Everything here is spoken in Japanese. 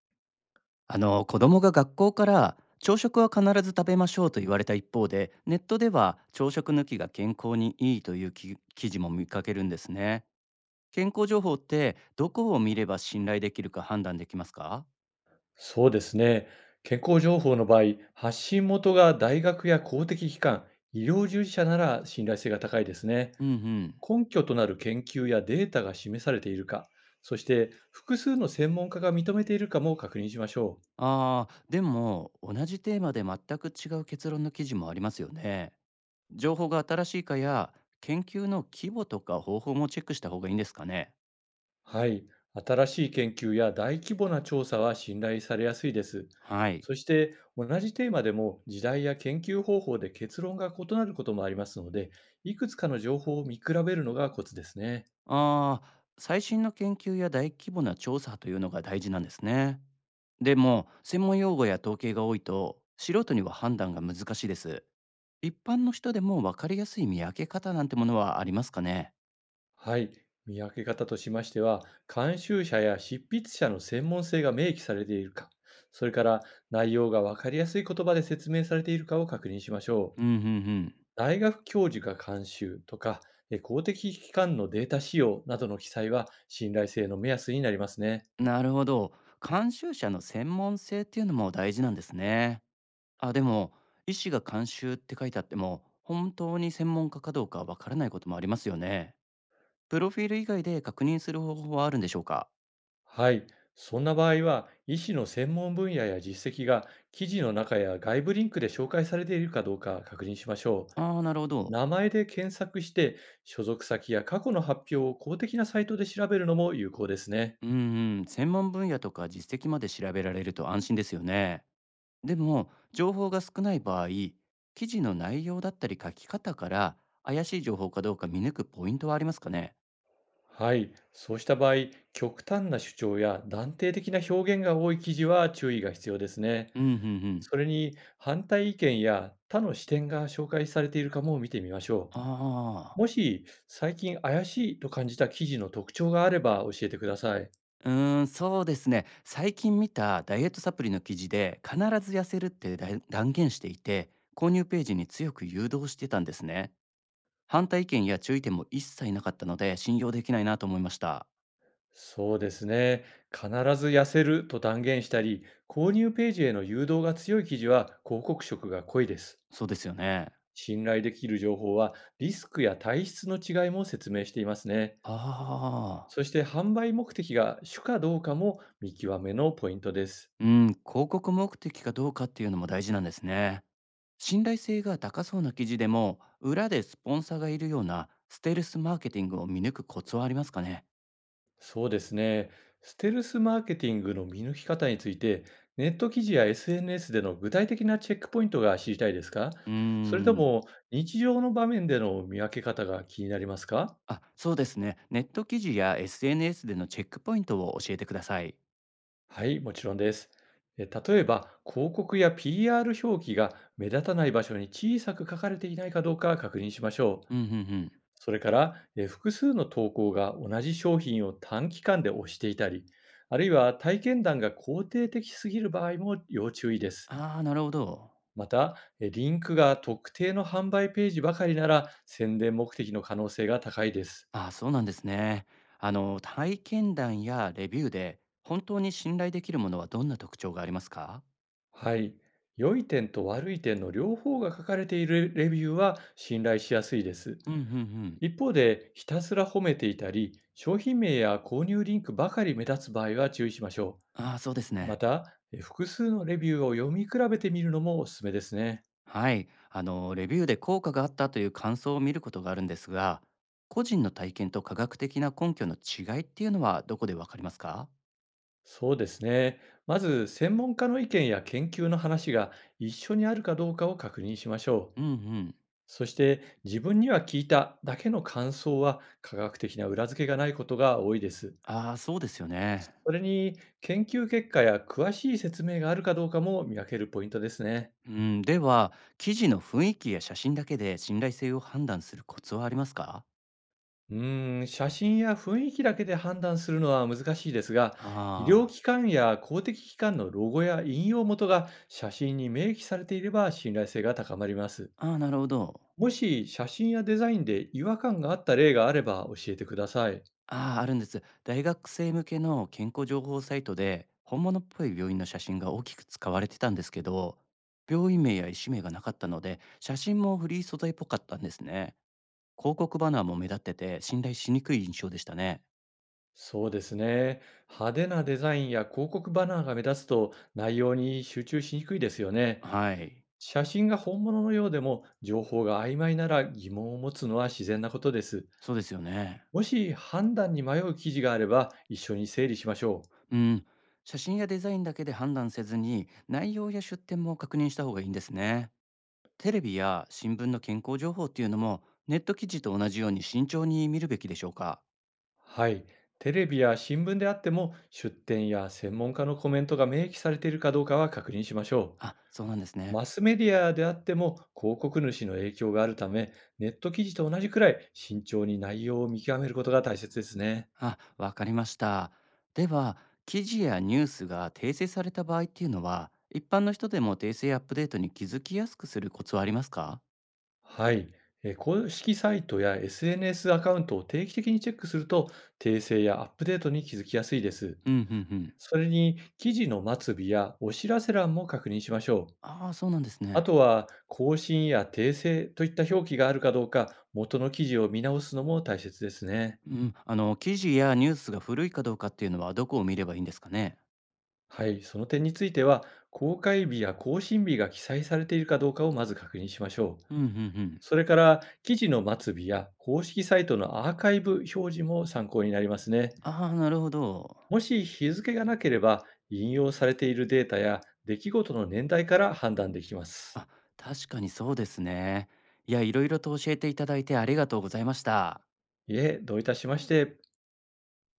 子供が学校から朝食は必ず食べましょうと言われた一方で、ネットでは朝食抜きが健康にいいという記事も見かけるんですね。健康情報ってどこを見れば信頼できるか判断できますか？そうですね。健康情報の場合、発信元が大学や公的機関、医療従事者なら信頼性が高いですね。うんうん。根拠となる研究やデータが示されているか、そして複数の専門家が認めているかも確認しましょう。でも、同じテーマで全く違う結論の記事もありますよね。情報が新しいかや、研究の規模とか方法もチェックした方がいいんですかね？はい。新しい研究や大規模な調査は信頼されやすいです。はい。そして同じテーマでも時代や研究方法で結論が異なることもありますので、いくつかの情報を見比べるのがコツですね。ああ、最新の研究や大規模な調査というのが大事なんですね。でも、専門用語や統計が多いと、素人には判断が難しいです。一般の人でも分かりやすい見分け方なんてものはありますかね？はい。見分け方としましては、監修者や執筆者の専門性が明記されているか、それから内容がわかりやすい言葉で説明されているかを確認しましょう。うんうん。大学教授が監修とか、公的機関のデータ使用などの記載は信頼性の目安になりますね。うん。なるほど。監修者の専門性っていうのも大事なんですね。あ、でも、医師が監修って書いてあっても、本当に専門家かどうかわからないこともありますよね。プロフィール以外で確認する方法はあるんでしょうか？はい。そんな場合は、医師の専門分野や実績が記事の中や外部リンクで紹介されているかどうか確認しましょああー、なるほう。ど。名前で検索して、所属先や過去の発表を公的なサイトで調べるのも有効ですね。うんうん、専門分野とか実績まで調べられると安心ですよね。でも、情報が少ない場合、記事の内容だったり書き方から怪しい情報かどうか見抜くポイントはありますかね？はい、そうした場合、極端な主張や断定的な表現が多い記事は注意が必要ですね。うんうんうん。それに、反対意見や他の視点が紹介されているかも見てみましょう。あもし、最近怪しいと感じた記事の特徴があれば教えてください。あー、そうですね。最近見たダイエットサプリの記事で、必ず痩せるって断言していて、購入ページに強く誘導してたんですね。反対意見や注意点も一切なかったので、信用できないなと思いました。そうですね。必ず痩せると断言したり、購入ページへの誘導が強い記事は広告色が濃いです。そうですよね。信頼できる情報は、リスクや体質の違いも説明していますね。ああー。そして販売目的が主かどうかも見極めのポイントです。うん、広告目的かどうかっていうのも大事なんですね。信頼性が高そうな記事でも、裏でスポンサーがいるようなステルスマーケティングを見抜くコツはありますかね？そうですね。ステルスマーケティングの見抜き方について、ネット記事や SNS での具体的なチェックポイントが知りたいですか？うーそれとん。も、日常の場面での見分け方が気になりますか？あ、そうですね。ネット記事や SNS でのチェックポイントを教えてください。はい、もちろんです。例えば、広告や PR 表記が目立たない場所に小さく書かれていないかどうか確認しましょう。うんうんうん。それから、複数の投稿が同じ商品を短期間で推していたり、あるいは体験談が肯定的すぎる場合も要注意です。ああ、なるほど。また、リンクが特定の販売ページばかりなら宣伝目的の可能性が高いです。ああ、そうなんですね。体験談やレビューで、本当に信頼できるものはどんな特徴がありますか？はい。良い点と悪い点の両方が書かれているレビューは信頼しやすいです。うんうんうん。一方で、ひたすら褒めていたり、商品名や購入リンクばかり目立つ場合は注意しましょああ、そうですう。まね。た、複数のレビューを読み比べてみるのもおすすめですね。はい、レビューで効果があったという感想を見ることがあるんですが、個人の体験と科学的な根拠の違いっていうのはどこでわかりますか？そうですね。まず、専門家の意見や研究の話が一緒にあるかどうかを確認しましょう。うんうん。そして、自分には聞いただけの感想は科学的な裏付けがないことが多いです。ああ、そうですよね。それに、研究結果や詳しい説明があるかどうかも見分けるポイントですね。うん、では、記事の雰囲気や写真だけで信頼性を判断するコツはありますか？うーん、写真や雰囲気だけで判断するのは難しいですが、医療あ機関や公的機関のロゴや引用元が写真に明記されていれば信頼性が高まります。あ、ああ、なるほど。もし写真やデザインで違和感があった例があれば教えてください。ああ、あるんです。大学生向けの健康情報サイトで、本物っぽい病院の写真が大きく使われてたんですけど、病院名や医師名がなかったので、写真もフリー素材っぽかったんですね。広告バナーも目立ってて、信頼しにくい印象でしたね。そうですね。派手なデザインや広告バナーが目立つと、内容に集中しにくいですよね。はい。写真が本物のようでも、情報が曖昧なら疑問を持つのは自然なことです。そうですよね。もし判断に迷う記事があれば一緒に整理しましょう。うん。写真やデザインだけで判断せずに、内容や出典も確認した方がいいんですね。テレビや新聞の健康情報っていうのも、ネット記事と同じように慎重に見るべきでしょうか。はい。テレビや新聞であっても、出典や専門家のコメントが明記されているかどうかは確認しましょあ、そうなんですう。ね。マスメディアであっても広告主の影響があるため、ネット記事と同じくらい慎重に内容を見極めることが大切ですね。あ、わかりました。では、記事やニュースが訂正された場合っていうのは、一般の人でも訂正アップデートに気づきやすくするコツはありますか？はい。公式サイトや SNS アカウントを定期的にチェックすると、訂正やアップデートに気づきやすいです。うんうんうん。それに、記事の末尾やお知らせ欄も確認しましょう。ああ、そうなんですあね。とは、更新や訂正といった表記があるかどうか、元の記事を見直すのも大切ですね。うん、記事やニュースが古いかどうかっていうのはどこを見ればいいんですかね？はい、その点については、公開日や更新日が記載されているかどうかをまず確認しましょう。うんうんうん。それから、記事の末尾や公式サイトのアーカイブ表示も参考になりますね。ああ、なるほど。もし日付がなければ、引用されているデータや出来事の年代から判断できます。あ、確かにそうですね。いや、いろいろと教えていただいてありがとうございました。いえ、どういたしまして。